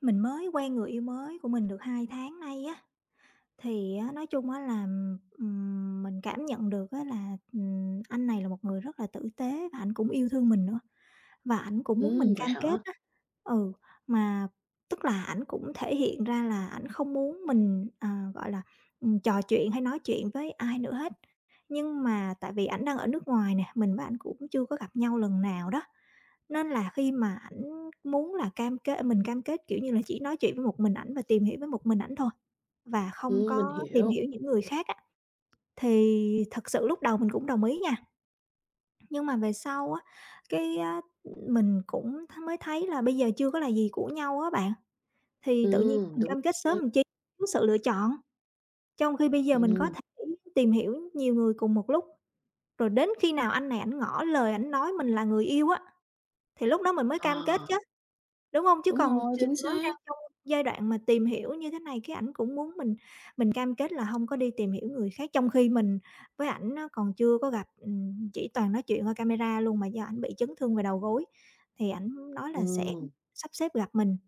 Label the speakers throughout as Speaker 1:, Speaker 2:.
Speaker 1: Mình mới quen người yêu mới của mình được 2 tháng nay á, thì á, nói chung á là, mình cảm nhận được á là, anh này là một người rất là tử tế và ảnh cũng yêu thương mình nữa, và ảnh cũng muốn mình
Speaker 2: Vậy
Speaker 1: cam
Speaker 2: hả?
Speaker 1: kết á. Ừ, mà tức là ảnh cũng thể hiện ra là ảnh không muốn mình, à, gọi là, trò chuyện hay nói chuyện với ai nữa hết. Nhưng mà tại vì ảnh đang ở nước ngoài nè, mình với ảnh cũng chưa có gặp nhau lần nào đó, nên là khi mà ảnh muốn là cam kết mình cam kết, kiểu như là, chỉ nói chuyện với một mình ảnh và tìm hiểu với một mình ảnh thôi. Và không
Speaker 2: Mình
Speaker 1: có tìm
Speaker 2: hiểu.
Speaker 1: hiểu những người khác á, thì thật sự lúc đầu mình cũng đồng ý nha, nhưng mà về sau á, cái á, mình cũng mới thấy là bây giờ chưa có là gì của nhau á bạn, thì tự nhiên mình
Speaker 2: Đúng
Speaker 1: cam kết sớm
Speaker 2: rồi.
Speaker 1: mình chi, thiếu sự lựa chọn. Trong khi bây giờ mình có
Speaker 2: Ừm,
Speaker 1: thể tìm hiểu nhiều người cùng một lúc, rồi đến khi nào anh này ảnh ngỏ lời ảnh nói mình là người yêu á, thì lúc đó mình mới
Speaker 2: ờ,
Speaker 1: cam kết chứ. Đúng hông? Chứ
Speaker 2: đúng
Speaker 1: còn
Speaker 2: rồi, chính
Speaker 1: mới đang
Speaker 2: xác.
Speaker 1: trong giai đoạn mà tìm hiểu như thế này, cái ảnh cũng muốn mình cam kết là hông có đi tìm hiểu người khác, trong khi mình với ảnh á còn chưa có gặp, chỉ toàn nói chuyện qua camera luôn, mà do ảnh bị chấn thương về đầu gối thì ảnh nói là sẽ
Speaker 2: Ừm,
Speaker 1: sắp xếp gặp mình.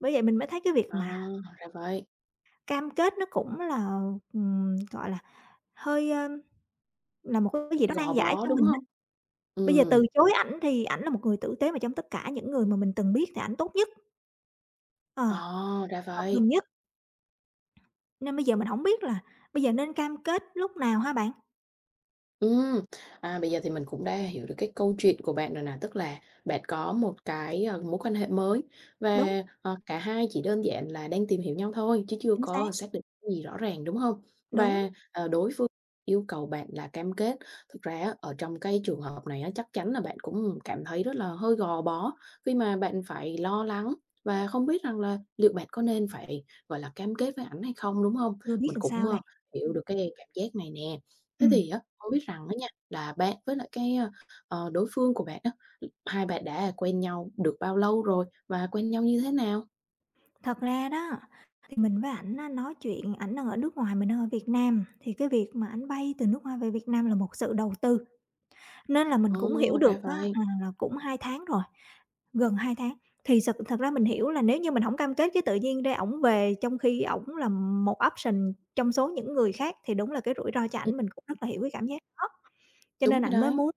Speaker 1: Bởi vậy mình mới thấy cái việc
Speaker 2: à,
Speaker 1: mà
Speaker 2: ra vậy,
Speaker 1: cam kết nó cũng là, gọi là, hơi, là một cái gì đó nan
Speaker 2: gò
Speaker 1: giải
Speaker 2: bó,
Speaker 1: cho
Speaker 2: đúng
Speaker 1: mình á.
Speaker 2: hông?
Speaker 1: Bây giờ
Speaker 2: Ừm,
Speaker 1: từ chối ảnh thì ảnh là một người tử tế mà trong tất cả những người mà mình từng biết thì ảnh tốt nhất, ờ,
Speaker 2: ờ, ra
Speaker 1: hợp
Speaker 2: vậy.
Speaker 1: mình nhất. Nên bây giờ mình hổng biết là bây giờ nên cam kết lúc nào hả bạn?
Speaker 2: Ừm, bây giờ thì mình cũng đã hiểu được cái câu chuyện của bạn rồi nè, tức là bạn có một cái, mối quan hệ mới
Speaker 1: Đúng,
Speaker 2: và, cả hai chỉ đơn giản là đang tìm hiểu nhau thôi chứ chưa
Speaker 1: chính
Speaker 2: có
Speaker 1: xác,
Speaker 2: xác định cái gì rõ ràng, đúng không? Và,
Speaker 1: đúng,
Speaker 2: đối phương yêu cầu bạn là cam kết. Thực ra á, ở trong cái trường hợp này á, chắc chắn là bạn cũng cảm thấy rất là hơi gò bó khi mà bạn phải lo lắng và không biết rằng là liệu bạn có nên phải, gọi là, cam kết với ảnh hay không, đúng không?
Speaker 1: chưa biết
Speaker 2: Mình
Speaker 1: làm
Speaker 2: cũng,
Speaker 1: sao đây.
Speaker 2: hiểu được cái cảm giác này nè. Thế
Speaker 1: Ừm,
Speaker 2: thì á, hông biết rằng đó nha, là bạn với lại cái, đối phương của bạn á, hai bạn đã quen nhau được bao lâu rồi và quen nhau như thế nào?
Speaker 1: thật ra đó, thì mình với ảnh á nói chuyện ảnh đang ở nước ngoài, mình đang ở Việt Nam, thì cái việc mà ảnh bay từ nước ngoài về Việt Nam là một sự đầu tư, nên là mình
Speaker 2: Ồ,
Speaker 1: cũng hiểu được
Speaker 2: ra
Speaker 1: á,
Speaker 2: vậy.
Speaker 1: à, là cũng 2 tháng rồi, gần 2 tháng. Thì sực thật ra mình hiểu là nếu như mình hổng cam kết cái tự nhiên ra ổng về trong khi ổng là một option trong số những người khác thì đúng là cái rủi ro cho
Speaker 2: Ừm,
Speaker 1: ảnh, mình cũng rất là hiểu cái cảm giác đó. Cho
Speaker 2: đúng
Speaker 1: nên
Speaker 2: rồi
Speaker 1: ảnh mới
Speaker 2: đấy.
Speaker 1: muốn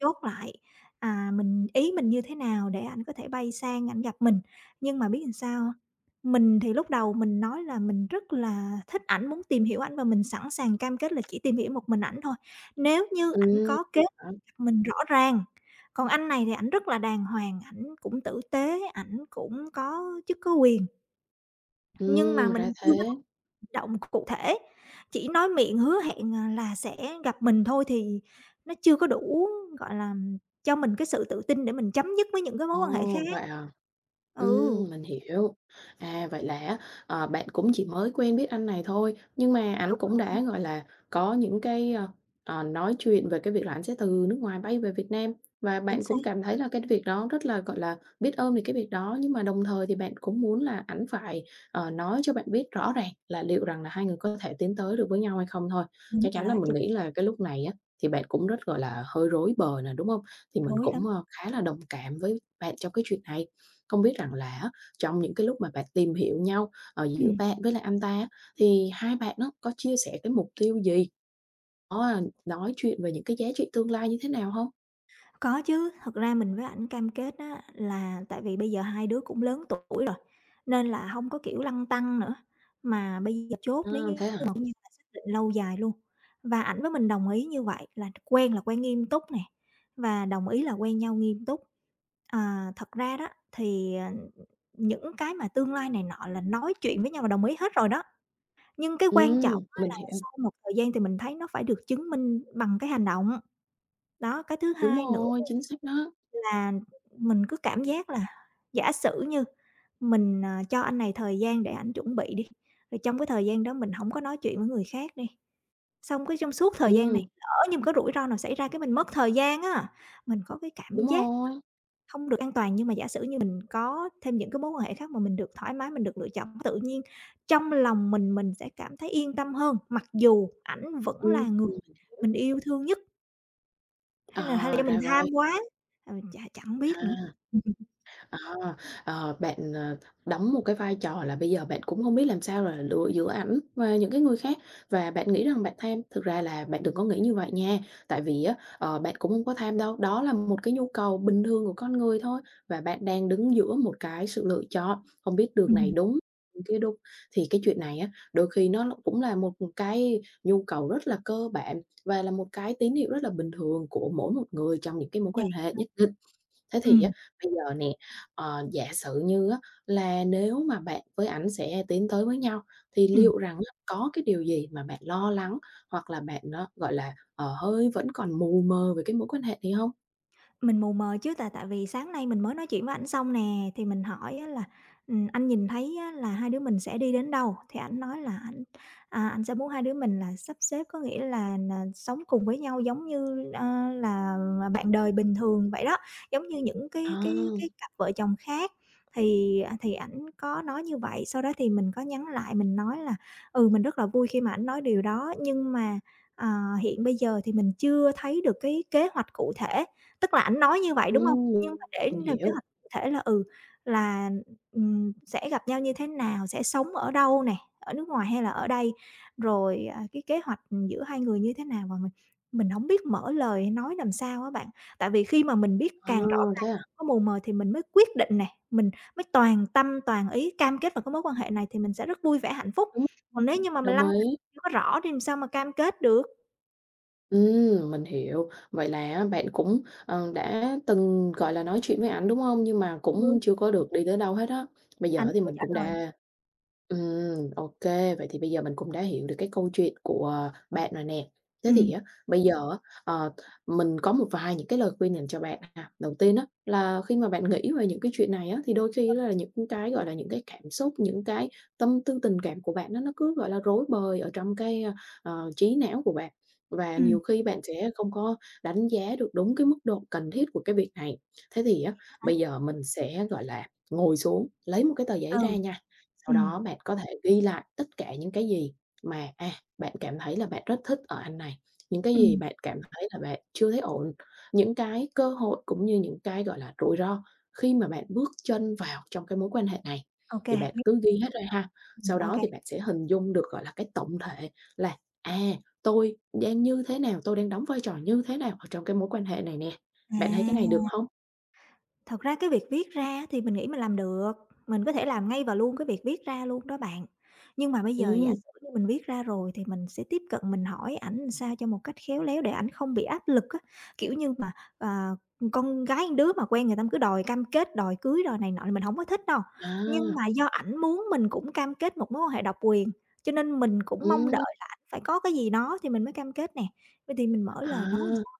Speaker 1: chốt lại, à, mình ý mình như thế nào để ảnh có thể bay sang ảnh gặp mình. Nhưng mà biết làm sao hông? Mình thì lúc đầu mình nói là mình rất là thích ảnh, muốn tìm hiểu ảnh và mình sẵn sàng cam kết là chỉ tìm hiểu một mình ảnh thôi, nếu như
Speaker 2: Ừ,
Speaker 1: ảnh có kế hoạch
Speaker 2: đó,
Speaker 1: gặp mình rõ ràng. Còn anh này thì ảnh rất là đàng hoàng, ảnh cũng tử tế, ảnh cũng có chức có quyền, nhưng mà
Speaker 2: ra
Speaker 1: mình chưa
Speaker 2: thế.
Speaker 1: động cụ thể, chỉ nói miệng hứa hẹn, à, là sẽ gặp mình thôi thì nó chưa có đủ, gọi là, cho mình cái sự tự tin để mình chấm dứt với những cái mối quan hệ khác.
Speaker 2: Ồ, vậy à?
Speaker 1: Ừ,
Speaker 2: Mình hiểu. À, vậy là á, bạn cũng chỉ mới quen biết anh này thôi, nhưng mà ảnh
Speaker 1: đúng
Speaker 2: cũng
Speaker 1: rồi,
Speaker 2: đã, gọi là, có những cái, nói chuyện về cái việc là ảnh sẽ từ nước ngoài bay về Việt Nam và
Speaker 1: chính
Speaker 2: bạn
Speaker 1: xác,
Speaker 2: cũng cảm thấy là cái việc đó rất là, gọi là, biết ơn về cái việc đó. Nhưng mà đồng thời thì bạn cũng muốn là ảnh phải, nói cho bạn biết rõ ràng là liệu rằng là hai người có thể tiến tới được với nhau hay không thôi.
Speaker 1: đúng
Speaker 2: Chắc
Speaker 1: rồi
Speaker 2: chắn là
Speaker 1: đó,
Speaker 2: mình
Speaker 1: chính
Speaker 2: nghĩ
Speaker 1: xác,
Speaker 2: là cái lúc này á, thì bạn cũng rất, gọi là, hơi rối bời nè, đúng không? Thì mình
Speaker 1: rối lắm.
Speaker 2: cũng, khá là đồng cảm với bạn trong cái chuyện này. Không biết rằng là á, trong những cái lúc mà bạn tìm hiểu nhau, ở giữa
Speaker 1: Ừm.
Speaker 2: bạn với lại anh ta á, thì hai bạn nó có chia sẻ cái mục tiêu gì? Có, nói chuyện về những cái giá trị tương lai như thế nào hông?
Speaker 1: Có chứ, thật ra mình với ảnh cam kết á là tại vì bây giờ hai đứa cũng lớn tuổi rồi, nên là hông có, kiểu, lăn tăn nữa, mà bây giờ chốt
Speaker 2: À,
Speaker 1: nếu
Speaker 2: thế
Speaker 1: như mà
Speaker 2: hả?
Speaker 1: cũng như là xác định lâu dài luôn. Và ảnh với mình đồng ý như vậy là quen nghiêm túc nè, và đồng ý là quen nhau nghiêm túc. À, thật ra đó thì, ờ, những cái mà tương lai này nọ là nói chuyện với nhau và đồng ý hết rồi đó, nhưng cái quan trọng
Speaker 2: Ừm,
Speaker 1: á
Speaker 2: mình
Speaker 1: là
Speaker 2: hiểu.
Speaker 1: sau một thời gian thì mình thấy nó phải được chứng minh bằng cái hành động. Đó, cái thứ
Speaker 2: Đúng
Speaker 1: hai nữa
Speaker 2: rồi, chính xác đó.
Speaker 1: là mình cứ cảm giác là giả sử như mình, ờ, cho anh này thời gian để ảnh chuẩn bị đi, rồi trong cái thời gian đó mình hổng có nói chuyện với người khác đi, xong cái trong suốt thời gian này
Speaker 2: Ừm,
Speaker 1: lỡ như có rủi ro nào xảy ra cái mình mất thời gian á, mình có cái
Speaker 2: đúng
Speaker 1: cảm giác
Speaker 2: rồi.
Speaker 1: không được an toàn. Nhưng mà giả sử như mình có thêm những cái mối quan hệ khác mà mình được thoải mái, mình được lựa chọn, tự nhiên trong lòng mình sẽ cảm thấy yên tâm hơn, mặc dù ảnh vẫn
Speaker 2: Ừm,
Speaker 1: là người mình yêu thương nhất, hay là do mình
Speaker 2: ra
Speaker 1: tham
Speaker 2: vậy.
Speaker 1: quá, ờ, chẳng biết nữa.
Speaker 2: À.
Speaker 1: Ừm,
Speaker 2: À, bạn, đóng một cái vai trò là bây giờ bạn cũng không biết làm sao là lựa giữa ảnh và những cái người khác và bạn nghĩ rằng bạn tham. Thực ra là bạn đừng có nghĩ như vậy nha, tại vì á, bạn cũng không có tham đâu, đó là một cái nhu cầu bình thường của con người thôi và bạn đang đứng giữa một cái sự lựa chọn, không biết đường
Speaker 1: ừm.
Speaker 2: này đúng, đường kia đúng. Thì cái chuyện này á, đôi khi nó cũng là một cái nhu cầu rất là cơ bản và là một cái tín hiệu rất là bình thường của mỗi một người trong những cái mối
Speaker 1: Nhạc,
Speaker 2: quan hệ nhất. Thế thì á,
Speaker 1: ừm,
Speaker 2: bây giờ nè, giả sử như á là nếu mà bạn với ảnh sẽ tiến tới với nhau, thì
Speaker 1: ừm,
Speaker 2: liệu rằng á có cái điều gì mà bạn lo lắng hoặc là bạn nó gọi là, hơi vẫn còn mù mờ về cái mối quan hệ này không?
Speaker 1: mình mù mờ chứ, tại tại vì sáng nay mình mới nói chuyện với ảnh xong nè, thì mình hỏi á là anh nhìn thấy á là hai đứa mình sẽ đi đến đâu?" Thì ảnh nói là ảnh, à, ảnh sẽ muốn hai đứa mình là sắp xếp, có nghĩa là sống cùng với nhau giống như, ơ, là bạn đời bình thường vậy đó, giống như những
Speaker 2: À,
Speaker 1: cái cặp vợ chồng khác. Thì, à, thì ảnh có nói như vậy, sau đó thì mình có nhắn lại mình nói là "Ừ, mình rất là vui khi mà ảnh nói điều đó, nhưng mà, à, hiện bây giờ thì mình chưa thấy được cái kế hoạch cụ thể." Tức là ảnh nói như vậy, đúng hông?
Speaker 2: ừm,
Speaker 1: Nhưng mà để
Speaker 2: mình
Speaker 1: lên kế
Speaker 2: hiểu.
Speaker 1: hoạch cụ thể là, ừ, là, sẽ gặp nhau như thế nào, sẽ sống ở đâu nè, ở nước ngoài hay là ở đây, rồi, à, cái kế hoạch, giữa hai người như thế nào mà mình hổng biết mở lời hay nói làm sao á bạn. Tại vì khi mà mình biết
Speaker 2: À,
Speaker 1: càng rõ ràng,
Speaker 2: thế à?
Speaker 1: càng có mù mờ thì mình mới quyết định nè, mình mới toàn tâm toàn ý cam kết vào cái mối quan hệ này thì mình sẽ rất vui vẻ, hạnh phúc.
Speaker 2: Đúng. Ừm,
Speaker 1: Còn nếu như mà mình
Speaker 2: đồng
Speaker 1: lăn tăn
Speaker 2: ý.
Speaker 1: chưa có rõ thì làm sao mà cam kết được?
Speaker 2: Mình hiểu. Vậy là á, bạn cũng, đã từng, gọi là, nói chuyện với ảnh, đúng không? Nhưng mà cũng
Speaker 1: Ừ,
Speaker 2: chưa có được đi tới đâu hết á. Bây
Speaker 1: ảnh
Speaker 2: giờ thì
Speaker 1: chưa
Speaker 2: mình
Speaker 1: trả
Speaker 2: cũng
Speaker 1: lời.
Speaker 2: đã, ô, vậy thì bây giờ mình cũng đã hiểu được cái câu chuyện của bạn rồi nè. Thế thì
Speaker 1: Ừm,
Speaker 2: á, bây giờ á, ờ, mình có một vài những cái lời khuyên dành cho bạn ha. Đầu tiên á, là khi mà bạn nghĩ về những cái chuyện này á, thì đôi khi là những cái, gọi là, những cái cảm xúc, những cái tâm tư tình cảm của bạn nó cứ, gọi là, rối bời ở trong cái, trí não của bạn. Và
Speaker 1: ừm,
Speaker 2: nhiều khi bạn sẽ không có đánh giá được đúng cái mức độ cần thiết của cái việc này. Thế thì á,
Speaker 1: hả?
Speaker 2: bây giờ mình sẽ, gọi là, ngồi xuống, lấy một cái tờ giấy ra
Speaker 1: Ừ,
Speaker 2: nha, sau
Speaker 1: ừm.
Speaker 2: đó bạn có thể ghi lại tất cả những cái gì mà, bạn cảm thấy là bạn rất thích ở anh này, những cái gì
Speaker 1: Ừm,
Speaker 2: bạn cảm thấy là bạn chưa thấy ổn, những cái cơ hội cũng như những cái, gọi là, rủi ro khi mà bạn bước chân vào trong cái mối quan hệ này.
Speaker 1: ô kê,
Speaker 2: Thì bạn
Speaker 1: viết
Speaker 2: cứ ghi hết ra ha, sau
Speaker 1: ô
Speaker 2: đó
Speaker 1: kê.
Speaker 2: thì bạn sẽ hình dung được, gọi là, cái tổng thể là, tôi đang như thế nào, tôi đang đóng vai trò như thế nào ở trong cái mối quan hệ này nè?
Speaker 1: À,
Speaker 2: Bạn thấy cái này được không?
Speaker 1: thật ra cái việc viết ra á thì mình nghĩ mình làm được, mình có thể làm ngay và luôn cái việc viết ra luôn đó bạn. Nhưng mà bây giờ giả
Speaker 2: Ừm,
Speaker 1: sử như mình viết ra rồi thì mình sẽ tiếp cận mình hỏi ảnh làm sao cho một cách khéo léo để ảnh không bị áp lực á, kiểu như mà, ờ, con gái con đứa mà quen người ta cứ đòi cam kết, đòi cưới, đòi này nọ là mình hổng có thích đâu. Nhưng
Speaker 2: à,
Speaker 1: mà do ảnh muốn mình cũng cam kết một mối quan hệ độc quyền, cho nên mình cũng mong đợi
Speaker 2: ừm,
Speaker 1: là ảnh phải có cái gì đó thì mình mới cam kết nè. Vậy thì mình mở lời nói làm
Speaker 2: à.
Speaker 1: sao?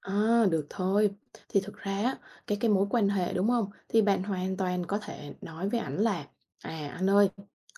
Speaker 2: À, được thôi. Thì thực ra á, cái mối quan hệ, đúng không? Thì bạn hoàn toàn có thể nói với ảnh là "À, anh ơi,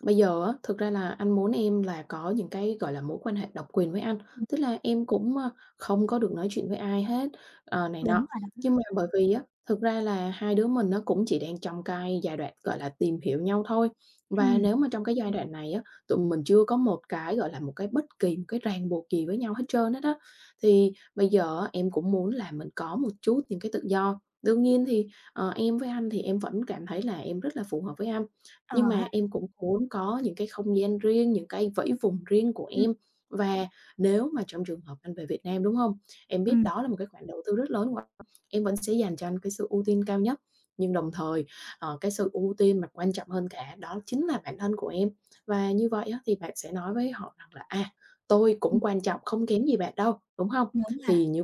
Speaker 2: bây giờ á, thực ra là anh muốn em là có những cái, gọi là, mối quan hệ độc quyền với anh, tức là em cũng, không có được nói chuyện với ai hết", này
Speaker 1: Đúng
Speaker 2: nọ.
Speaker 1: rồi
Speaker 2: Nhưng
Speaker 1: đó.
Speaker 2: mà bởi vì á, thực ra là hai đứa mình nó cũng chỉ đang trong cái giai đoạn, gọi là, tìm hiểu nhau thôi. Và
Speaker 1: Ừm,
Speaker 2: nếu mà trong cái giai đoạn này á, tụi mình chưa có một cái, gọi là, một cái bất kỳ một cái ràng buộc gì với nhau hết trơn hết á, thì bây giờ á, em cũng muốn là mình có một chút những cái tự do. Đương nhiên thì, em với anh thì em vẫn cảm thấy là em rất là phù hợp với anh,
Speaker 1: ờ
Speaker 2: nhưng
Speaker 1: ha,
Speaker 2: mà em cũng muốn có những cái không gian riêng, những cái vẫy vùng riêng của
Speaker 1: ừm,
Speaker 2: em. Và nếu mà trong trường hợp anh về Việt Nam, đúng không? Em biết
Speaker 1: ừm,
Speaker 2: đó là một cái khoản đầu tư rất lớn của anh, em vẫn sẽ dành cho anh cái sự ưu tiên cao nhất, nhưng đồng thời, cái sự ưu tiên mà quan trọng hơn cả đó chính là bản thân của em. Và như vậy á, thì bạn sẽ nói với họ rằng là "À, tôi cũng
Speaker 1: ừm,
Speaker 2: quan trọng không kém gì bạn đâu", đúng không?
Speaker 1: đúng ha,
Speaker 2: Thì như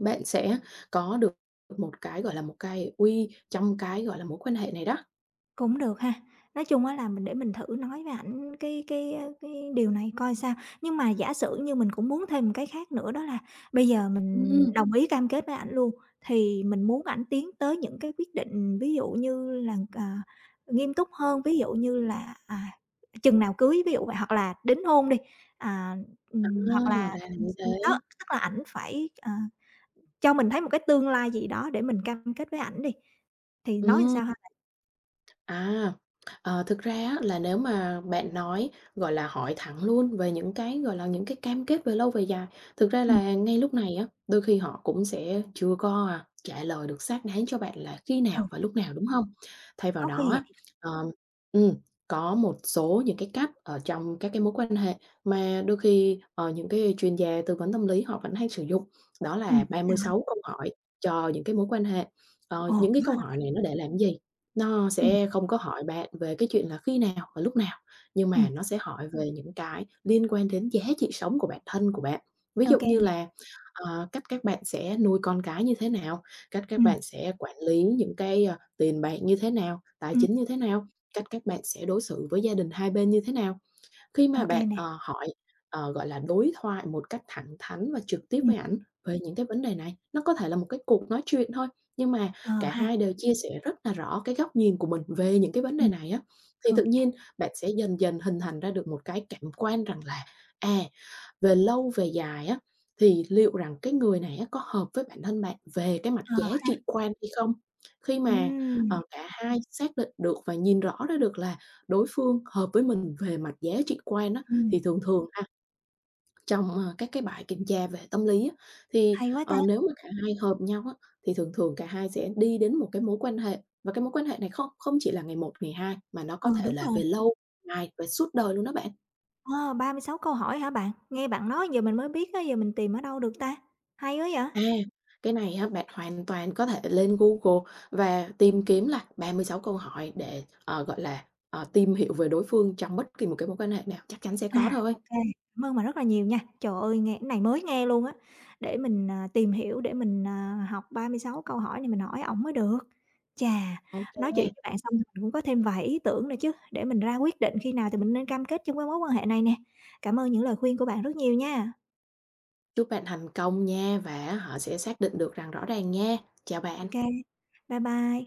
Speaker 2: bạn sẽ có được một cái, gọi là, một cái uy trong cái, gọi là, mối quan hệ này đó.
Speaker 1: cũng được ha. Nói chung á là mình để mình thử nói với ảnh cái, ơ, cái điều này coi sao. Nhưng mà giả sử như mình cũng muốn thêm một cái khác nữa đó là bây giờ mình
Speaker 2: Ừm.
Speaker 1: đồng ý cam kết với ảnh luôn, thì mình muốn ảnh tiến tới những cái quyết định ví dụ như là, à, nghiêm túc hơn, ví dụ như là, à, chừng nào cưới, ví dụ vậy, hoặc là đính hôn đi, à,
Speaker 2: À,
Speaker 1: hoặc là,
Speaker 2: ra là như thế.
Speaker 1: đó, tức là ảnh phải, ờ, cho mình thấy một cái tương lai gì đó để mình cam kết với ảnh đi, thì nói làm
Speaker 2: Ừm.
Speaker 1: sao ha?
Speaker 2: À, thực ra á là nếu mà bạn nói, gọi là, hỏi thẳng luôn về những cái, gọi là, những cái cam kết về lâu về dài, thực ra
Speaker 1: Ừm,
Speaker 2: là ngay lúc này á, đôi khi họ cũng sẽ chưa có, trả lời được xác đáng cho bạn là khi
Speaker 1: ừ,
Speaker 2: nào và lúc nào, đúng không? Thay vào
Speaker 1: có
Speaker 2: đó
Speaker 1: khi vậy.
Speaker 2: á, ờm ừm, có một số những cái cách ở trong các cái mối quan hệ mà đôi khi, những cái chuyên gia tư vấn tâm lý họ vẫn hay sử dụng, đó là ba
Speaker 1: Thế
Speaker 2: mươi
Speaker 1: nào
Speaker 2: sáu
Speaker 1: ha?
Speaker 2: câu hỏi cho những cái mối quan hệ. Ờ,
Speaker 1: Ồ,
Speaker 2: những cái
Speaker 1: có
Speaker 2: câu
Speaker 1: hả?
Speaker 2: hỏi này nó để làm gì? Nó
Speaker 1: Ừm,
Speaker 2: sẽ không có hỏi bạn về cái chuyện là khi nào và lúc nào, nhưng mà
Speaker 1: ừm,
Speaker 2: nó sẽ hỏi về những cái liên quan đến giá trị sống của bản thân của bạn. Ví
Speaker 1: ô
Speaker 2: dụ
Speaker 1: kê
Speaker 2: như
Speaker 1: nè,
Speaker 2: là, cách các bạn sẽ nuôi con cái như thế nào, cách các
Speaker 1: ừm,
Speaker 2: bạn sẽ quản lý những cái, tiền bạc như thế nào, tài
Speaker 1: ừm,
Speaker 2: chính như thế nào, cách các bạn sẽ đối xử với gia đình hai bên như thế nào. Khi
Speaker 1: ô
Speaker 2: mà
Speaker 1: kê
Speaker 2: bạn,
Speaker 1: nè,
Speaker 2: hỏi, gọi là, đối thoại một cách thẳng thắn và trực tiếp
Speaker 1: ừm,
Speaker 2: với ảnh về những cái vấn đề này, nó có thể là một cái cuộc nói chuyện thôi, nhưng mà
Speaker 1: ờ
Speaker 2: cả
Speaker 1: ha,
Speaker 2: hai đều chia sẻ rất là rõ cái góc nhìn của mình về những cái vấn đề
Speaker 1: ừm,
Speaker 2: này á, thì
Speaker 1: ô
Speaker 2: tự
Speaker 1: kê,
Speaker 2: nhiên bạn sẽ dần dần hình thành ra được một cái cảm quan rằng là, à, về lâu về dài á, thì liệu rằng cái người này á có hợp với bản thân bạn về cái mặt giá
Speaker 1: ờ,
Speaker 2: trị quan hay không? Khi mà,
Speaker 1: ừm,
Speaker 2: cả hai xác định được và nhìn rõ ra được là đối phương hợp với mình về mặt giá trị quan á,
Speaker 1: ừm,
Speaker 2: thì thường thường ha, trong, các cái bài kiểm tra về tâm lý á, thì,
Speaker 1: hay quá ta.
Speaker 2: nếu mà cả hai hợp nhau á, thì thường thường cả hai sẽ đi đến một cái mối quan hệ, và cái mối quan hệ này không không chỉ là ngày một ngày 2 mà nó có
Speaker 1: Ừ,
Speaker 2: thể
Speaker 1: đúng
Speaker 2: là
Speaker 1: rồi,
Speaker 2: về lâu ngày về suốt đời luôn đó bạn.
Speaker 1: ờ, 36 câu hỏi hả bạn? Nghe bạn nói giờ mình mới biết á, giờ mình tìm ở đâu được ta? Hay quá vậy!
Speaker 2: À, cái này á, bạn hoàn toàn có thể lên Google và tìm kiếm là 36 câu hỏi để, gọi là, tìm hiểu về đối phương trong bất kỳ một cái mối quan hệ nào, chắc chắn sẽ có
Speaker 1: À,
Speaker 2: thôi.
Speaker 1: ô kê, cảm ơn bạn rất là nhiều nha. Trời ơi, nghe cái này mới nghe luôn á, để mình, à, tìm hiểu, để mình, à, học 36 câu hỏi này mình hỏi ổng mới được. Chà, nói
Speaker 2: Ok,
Speaker 1: chuyện với bạn xong thì mình cũng có thêm vài ý tưởng nữa chứ, để mình ra quyết định khi nào thì mình nên cam kết trong cái mối quan hệ này nè. Cảm ơn những lời khuyên của bạn rất nhiều nha.
Speaker 2: chúc bạn thành công nha và họ sẽ xác định được rằng rõ ràng nha. Chào bạn.
Speaker 1: Ok, bye bye.